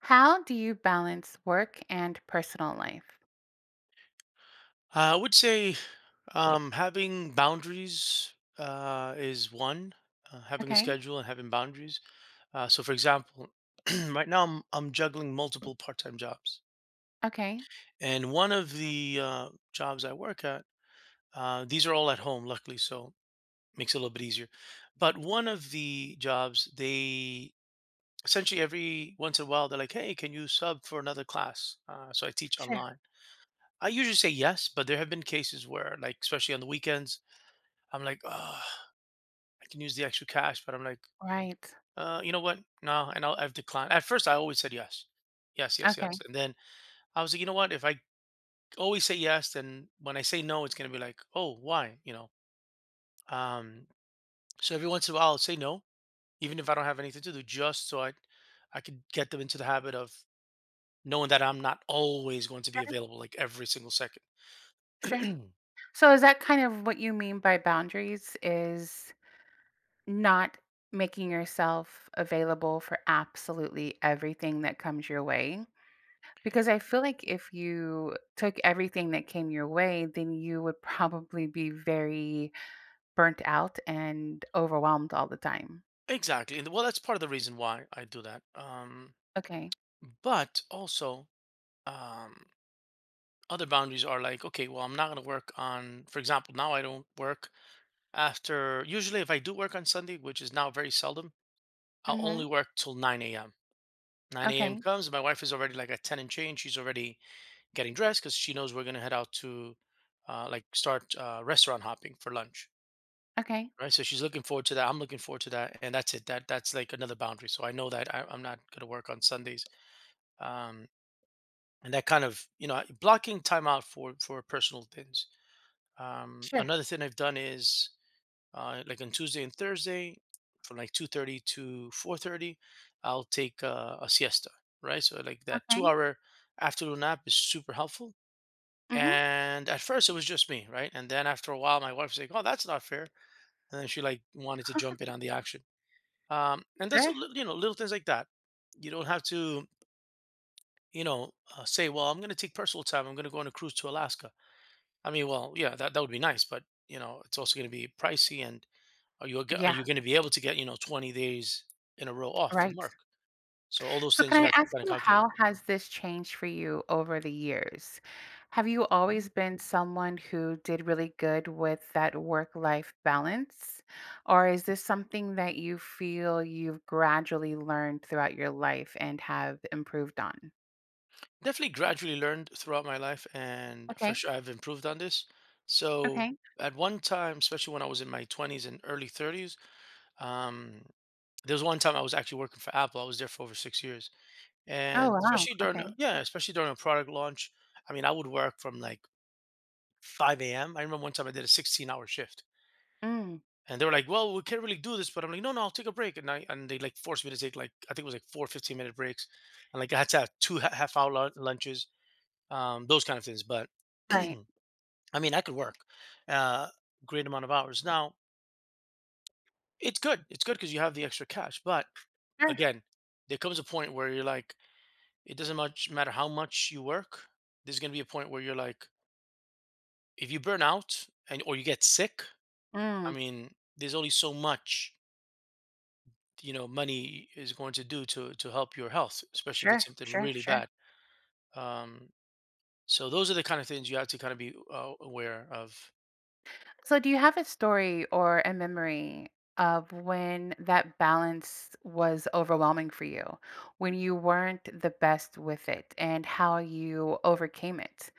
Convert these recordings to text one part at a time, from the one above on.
How do you balance work and personal life? I would say having boundaries is one. Having a Okay. schedule and having boundaries. So, for example, right now I'm juggling multiple part-time jobs, Okay. and one of the jobs I work at, these are all at home, luckily, so makes it a little bit easier. But one of the jobs, they essentially every once in a while they're like, "Hey, can you sub for another class?" So I teach Sure. online. I usually say yes, but there have been cases where, like, especially on the weekends I'm like, "Ugh, I can use the extra cash, but I'm like, Right. You know what? No," and I've declined. At first, I always said yes, yes, yes, yes, Okay. and then I was like, you know what? If I always say yes, then when I say no, it's gonna be like, oh, why? You know. Um, so every once in a while, I'll say no, even if I don't have anything to do, just so I could get them into the habit of knowing that I'm not always going to be available, like every single second. Sure. So is that kind of what you mean by boundaries is not making yourself available for absolutely everything that comes your way? Because I feel like if you took everything that came your way, then you would probably be very burnt out and overwhelmed all the time. Exactly. And well, that's part of the reason why I do that. Um, Okay. but also, um, other boundaries are like, okay, well, I'm not going to work on, for example, now I don't work after, usually if I do work on Sunday, which is now very seldom, I'll Mhm. only work till 9 a.m. 9 a.m. Okay. comes, my wife is already like at 10 and change. She's already getting dressed because she knows we're going to head out to like start restaurant hopping for lunch. Okay. Right. So she's looking forward to that. I'm looking forward to that. And that's it. That's like another boundary. So I know that I'm not going to work on Sundays. Um, and that kind of, you know, blocking time out for personal things. Sure. Another thing I've done is like on Tuesday and Thursday, from like 2:30 to 4:30, I'll take a siesta, right? So like that Okay. 2 hour afternoon nap is super helpful. Mhm. And at first it was just me, right? And then after a while, my wife's like, "Oh, that's not fair," and then she like wanted to jump in on the action. And Sure. You know, little things like that. You don't have to you know say, "Well, I'm going to take personal time. I'm going to go on a cruise to Alaska." I mean, well, yeah, that would be nice, but you know, it's also going to be pricey and are Yeah, you gonna be able to get, you know, 20 days in a row off from right. work? So all those So, things you can I have to ask kinda you, calculate. how has this changed for you over the years? Have you always Mhm. been someone who did really good with that work life balance? Or is this something that you feel you've gradually learned throughout your life and have improved on? Definitely gradually learned throughout my life, and for Okay. sure I've improved on this. So Okay. at one time, especially when I was in my 20s and early 30s, um, there was one time I was actually working for Apple. I was there for over 6 years, Oh, and wow. especially during Okay. Yeah, especially during a product launch, I mean, I would work from, like, 5 AM. I remember one time I did a 16-hour shift. Mm, And they were like, "Well, we can't really do this," but I'm like, "No, no, I'll take a break." And they like forced me to take like I think it was like four 15-minute breaks, and like I had to have half hour lunches, those kind of things. But right. I mean, I could work uh, great amount of hours. Now it's good because you have the extra cash. But Sure. again, there comes a point where you're like, it doesn't much matter how much you work. There's gonna be a point where you're like, if you burn out and or you get sick, I Mm, mean, there's only so much, you know, money is going to do to help your health, especially if sure. it's something Sure. really Sure. bad. um so those are the kind of things you have to kind of be aware of. So, do you have a story or a memory of when that balance was overwhelming for you, when you weren't the best with it, and how you overcame it?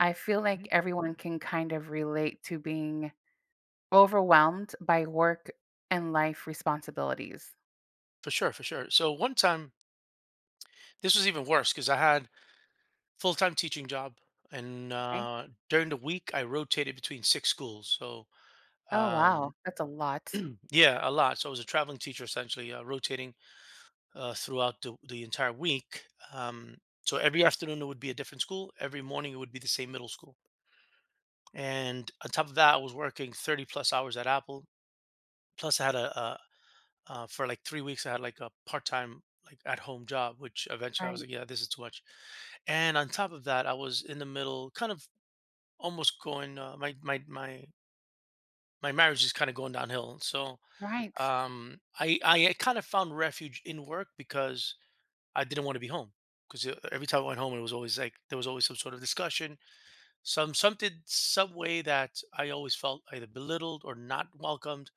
I feel like Mhm. everyone can kind of relate to being overwhelmed by work and life responsibilities. For sure, for sure. So one time, this was even worse because I had full-time teaching job, and Okay. During the week I rotated between six schools. So Oh, um wow. That's a lot. yeah, a lot. So I was a traveling teacher essentially, rotating throughout the entire week. Um, so every afternoon it would be a different school, every morning it would be the same middle school. And on top of that, I was working 30 plus hours at Apple. Plus, I had a for like 3 weeks, I had like a part time, like at home job, which eventually I was Right. like, yeah, this is too much. And on top of that, I was in the middle, kind of almost going, my marriage is kind of going downhill. So Right. I kind of found refuge in work because I didn't want to be home. Because every time I went home, it was always like there was always some sort of discussion, something some way that I always felt either belittled or not welcomed.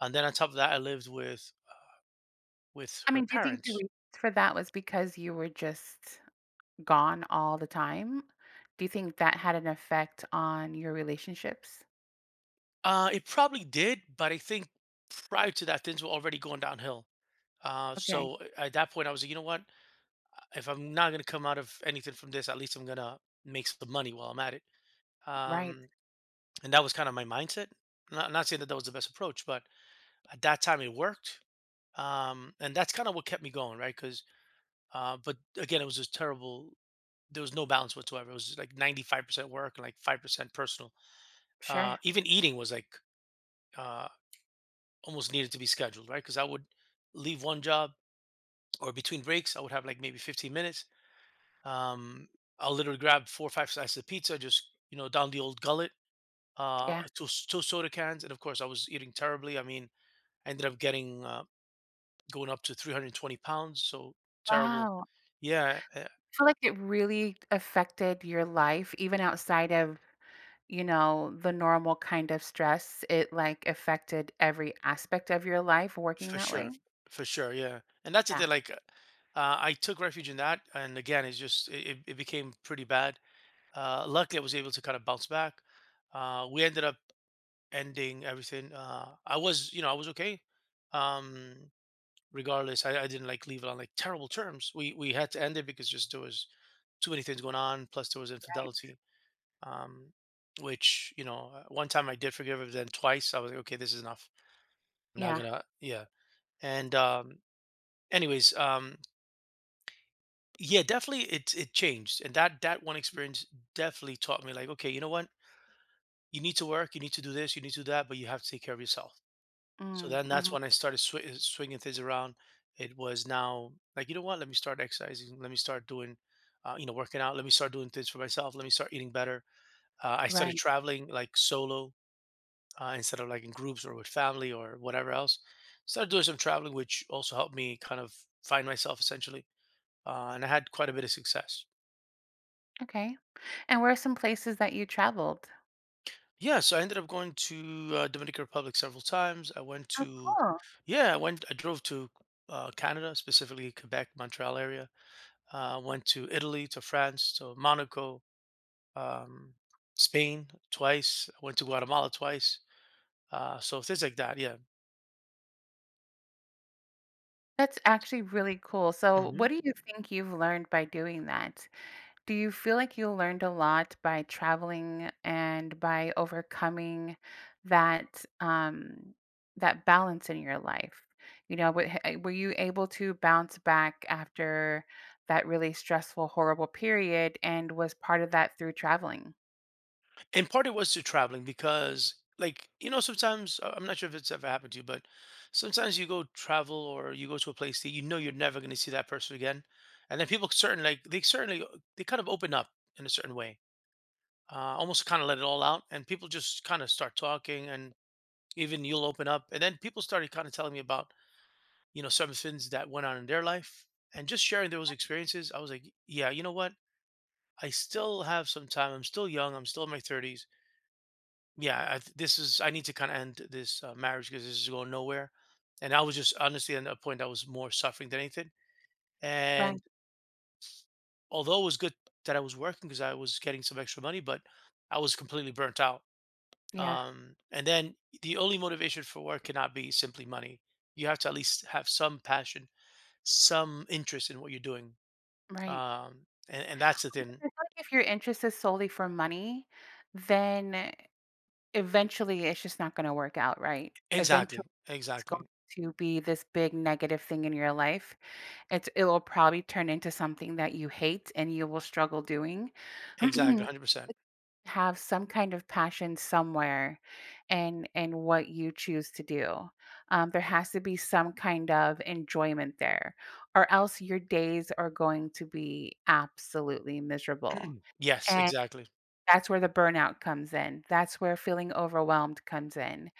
And then on top of that, I lived with I her mean, do you think the parents. reason for that was because you were just gone all the time, do you think that had an effect on your relationships? It probably did, but I think prior to that, things were already going downhill. Uh, Okay, so a- at that point, I was like, you know what? If I'm not gonna come out of anything from this, at least I'm gonna make some money while I'm at it. right, Um, and that was kind of my mindset. Not saying that that was the best approach, but at that time it worked. And that's kind of what kept me going, right? Because but again, it was a terrible, there was no balance whatsoever. It was like 95% work and like 5% personal. Sure, Even eating was like uh, almost needed to be scheduled, right? Because I would leave one job or between breaks, I would have like maybe 15 minutes. Um, I'll literally grab four or five slices of pizza, just, you know, down the old gullet, yeah. Two soda cans. And of course, I was eating terribly. I mean, I ended up going up to 320 pounds. So terrible. Wow, Yeah. I feel like it really affected your life even outside of, you know, the normal kind of stress. It, like, affected every aspect of your life working For that sure, way? for sure, yeah. And that's the Yeah, thing, like, I took refuge in that, and again, it's just it became pretty bad. Luckily, I was able to kind of bounce back. We ended up ending everything. I was, you know, I was okay. Um, regardless, I didn't like leave it on like terrible terms. We had to end it because just there was too many things going on. Plus, there was right, infidelity. Um, which you know, one time I did forgive her, but then twice I was like, okay, this is enough. I'm not yeah. gonna, yeah. And anyways, yeah, definitely it changed, and that one experience definitely taught me like, okay, you know what, you need to work, you need to do this, you need to do that, but you have to take care of yourself. So Mm, then that's mhm, when I started swinging things around. It was now like, you know what, let me start exercising, let me start doing you know, working out, let me start doing things for myself, let me start eating better. I started right, traveling like solo, instead of like in groups or with family or whatever else, started doing some traveling, which also helped me kind of find myself essentially. And I had quite a bit of success. okay. And where are some places that you traveled? Yeah, so I ended up going to Dominican Republic several times. I went Oh, to, cool. yeah, I drove to Canada, specifically Quebec, Montreal area. Went to Italy, to France, to Monaco, um, Spain twice. I went to Guatemala twice. So things like that. Yeah. That's actually really cool. So, Mm-hmm. what do you think you've learned by doing that? Do you feel like you learned a lot by traveling and by overcoming that um, that balance in your life? You know, were you able to bounce back after that really stressful, horrible period? And was part of that through traveling? In part, it was to traveling because, like, you know, sometimes I'm not sure if it's ever happened to you, but sometimes you go travel or you go to a place that you know you're never going to see that person again, and then people certain like they certainly they kind of open up in a certain way, almost kind of let it all out, and people just kind of start talking, and even you'll open up, and then people started kind of telling me about, you know, some things that went on in their life, and just sharing those experiences. I was like, yeah, you know what? I still have some time. I'm still young. I'm still in my 30s. Yeah, I, th- this is I need to kind of end this marriage because this is going nowhere. And I was just honestly at a point I was more suffering than anything. And Right. although it was good that I was working because I was getting some extra money, but I was completely burnt out. Yeah. And then the only motivation for work cannot be simply money. You have to at least have some passion, some interest in what you're doing. Right. And that's the thing. I feel like if your interest is solely for money, then eventually it's just not going to work out, right? Exactly. Eventually, it's Exactly. going to be this big negative thing in your life. It's it'll probably turn into something that you hate and you will struggle doing. Exactly. 100%. Have some kind of passion somewhere and what you choose to do. There has to be some kind of enjoyment there, or else your days are going to be absolutely miserable. Yes, exactly. That's where the burnout comes in. That's where feeling overwhelmed comes in.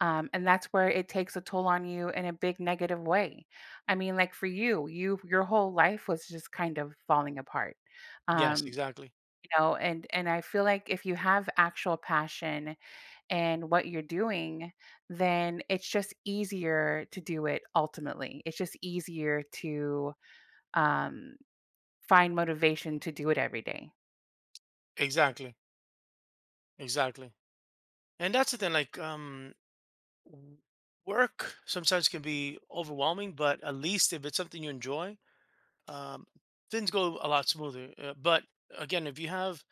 And that's where it takes a toll on you in a big negative way. I mean, like for you, you your whole life was just kind of falling apart. Yes, Um, exactly. you know, and I feel like if you have actual passion in what you're doing, then it's just easier to do it ultimately. It's just easier to um find motivation to do it every day. Exactly. Exactly. And that's the thing, like w- work sometimes can be overwhelming, but at least if it's something you enjoy, um things go a lot smoother. But again,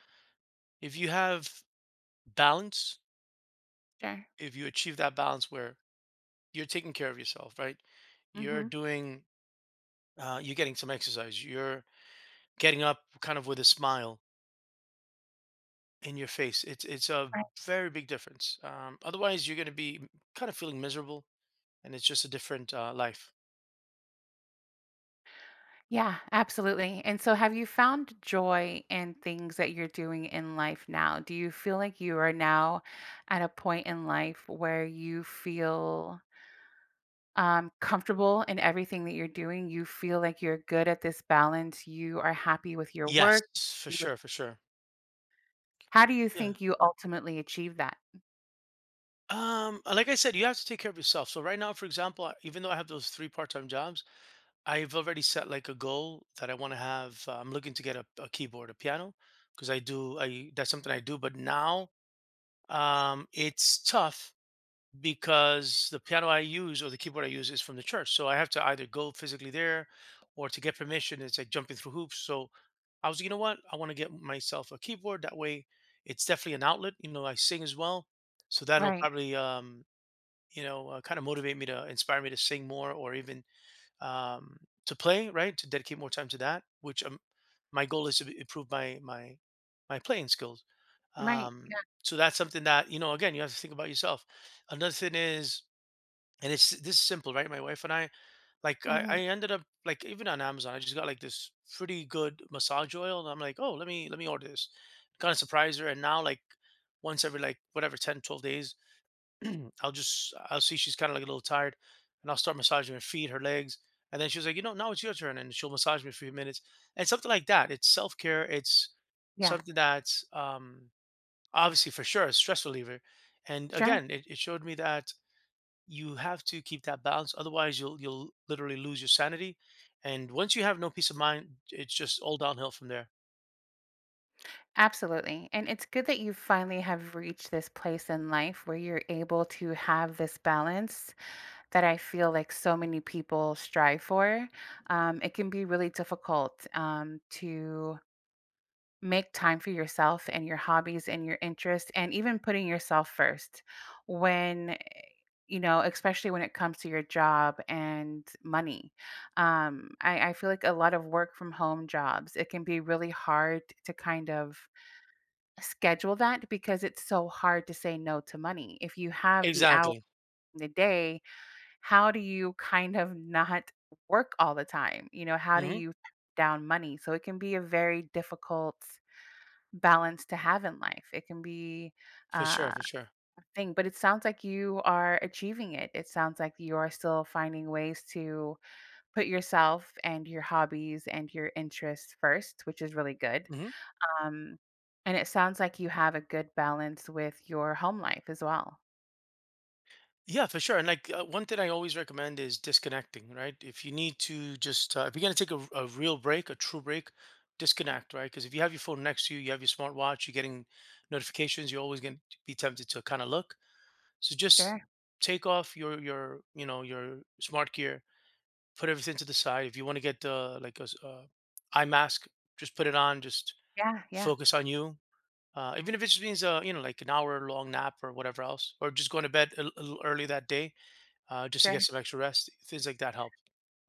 if you have balance, Sure. if you achieve that balance where you're taking care of yourself, right? You're Hmm. doing you're getting some exercise. You're getting up kind of with a smile in your face. It's a very big difference. Otherwise you're going to be kind of feeling miserable, and it's just a different life. Yeah, absolutely. And so, have you found joy in things that you're doing in life now? Do you feel like you are now at a point in life where you feel comfortable in everything that you're doing? You feel like you're good at this balance. You are happy with your Yes, work. for sure, for sure. How do you Yeah. think you ultimately achieve that? Like I said, you have to take care of yourself. So right now, for example, even though I have those three part-time jobs, I've already set like a goal that I want to have. I'm looking to get a keyboard, a piano, because I do. I That's something I do. But now, it's tough because the piano I use or the keyboard I use is from the church. So I have to either go physically there or to get permission, it's like jumping through hoops. So I was, you know what? I want to get myself a keyboard. That way it's definitely an outlet. You know, I sing as well. So that'll Right. probably, you know, kind of motivate me to inspire me to sing more or even um, to play, right? To dedicate more time to that, which my goal is to improve my my playing skills. Right. Um, Yeah. so that's something that you know. Again, you have to think about yourself. Another thing is, and it's this is simple, right? My wife and I, like, I Mhm. ended up like even on Amazon, I just got like this pretty good massage oil, and I'm like, oh, let me order this. Kind of surprise her, and now like once every like whatever 10 12 days. I'll see she's kind of like a little tired, and I'll start massaging her feet, her legs, and then she was like, you know, now it's your turn, and she'll massage me for a few minutes, and something like that. It's self care. It's Yeah. something that's obviously for sure a stress reliever, and Sure. again, it showed me that you have to keep that balance, otherwise you'll literally lose your sanity, and once you have no peace of mind, it's just all downhill from there. Absolutely. And it's good that you finally have reached this place in life where you're able to have this balance that I feel like so many people strive for. It can be really difficult to make time for yourself and your hobbies and your interests and even putting yourself first when you know especially when it comes to your job and money, I feel like a lot of work from home jobs it can be really hard to kind of schedule that because it's so hard to say no to money if you have the hour Exactly. in the day. How do you kind of not work all the time, you know, how do hmm you down money? So it can be a very difficult balance to have in life. It can be For sure. For a sure. thing, but it sounds like you are achieving it. It sounds like you are still finding ways to put yourself and your hobbies and your interests first, which is really good. Mhm. Um, and it sounds like you have a good balance with your home life as well. Yeah, for sure. And like one thing I always recommend is disconnecting, right? If you need to just, if you're going to take a real break, a true break, disconnect, right? Because if you have your phone next to you, you have your smartwatch, you're getting notifications, you're always going to be tempted to kind of look. So just Sure. take off you know, your smart gear, put everything to the side. If you want to get the, like eye mask, just put it on, just Yeah. Yeah. focus on you. Even if it just means, you know, like an hour long nap or whatever else, or just going to bed a little early that day, just to get Sure. some extra rest. Things like that help.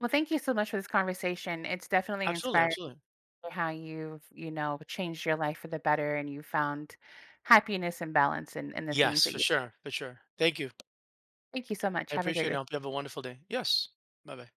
Well, thank you so much for this conversation. It's definitely Absolutely, inspiring to absolutely. hear how you've, you know, changed your life for the better and you found happiness and balance in the things Yes, that for you— sure, for sure. Thank you. Thank you so much. I Have a appreciate it. great— I hope you have a wonderful day. Yes. Bye bye.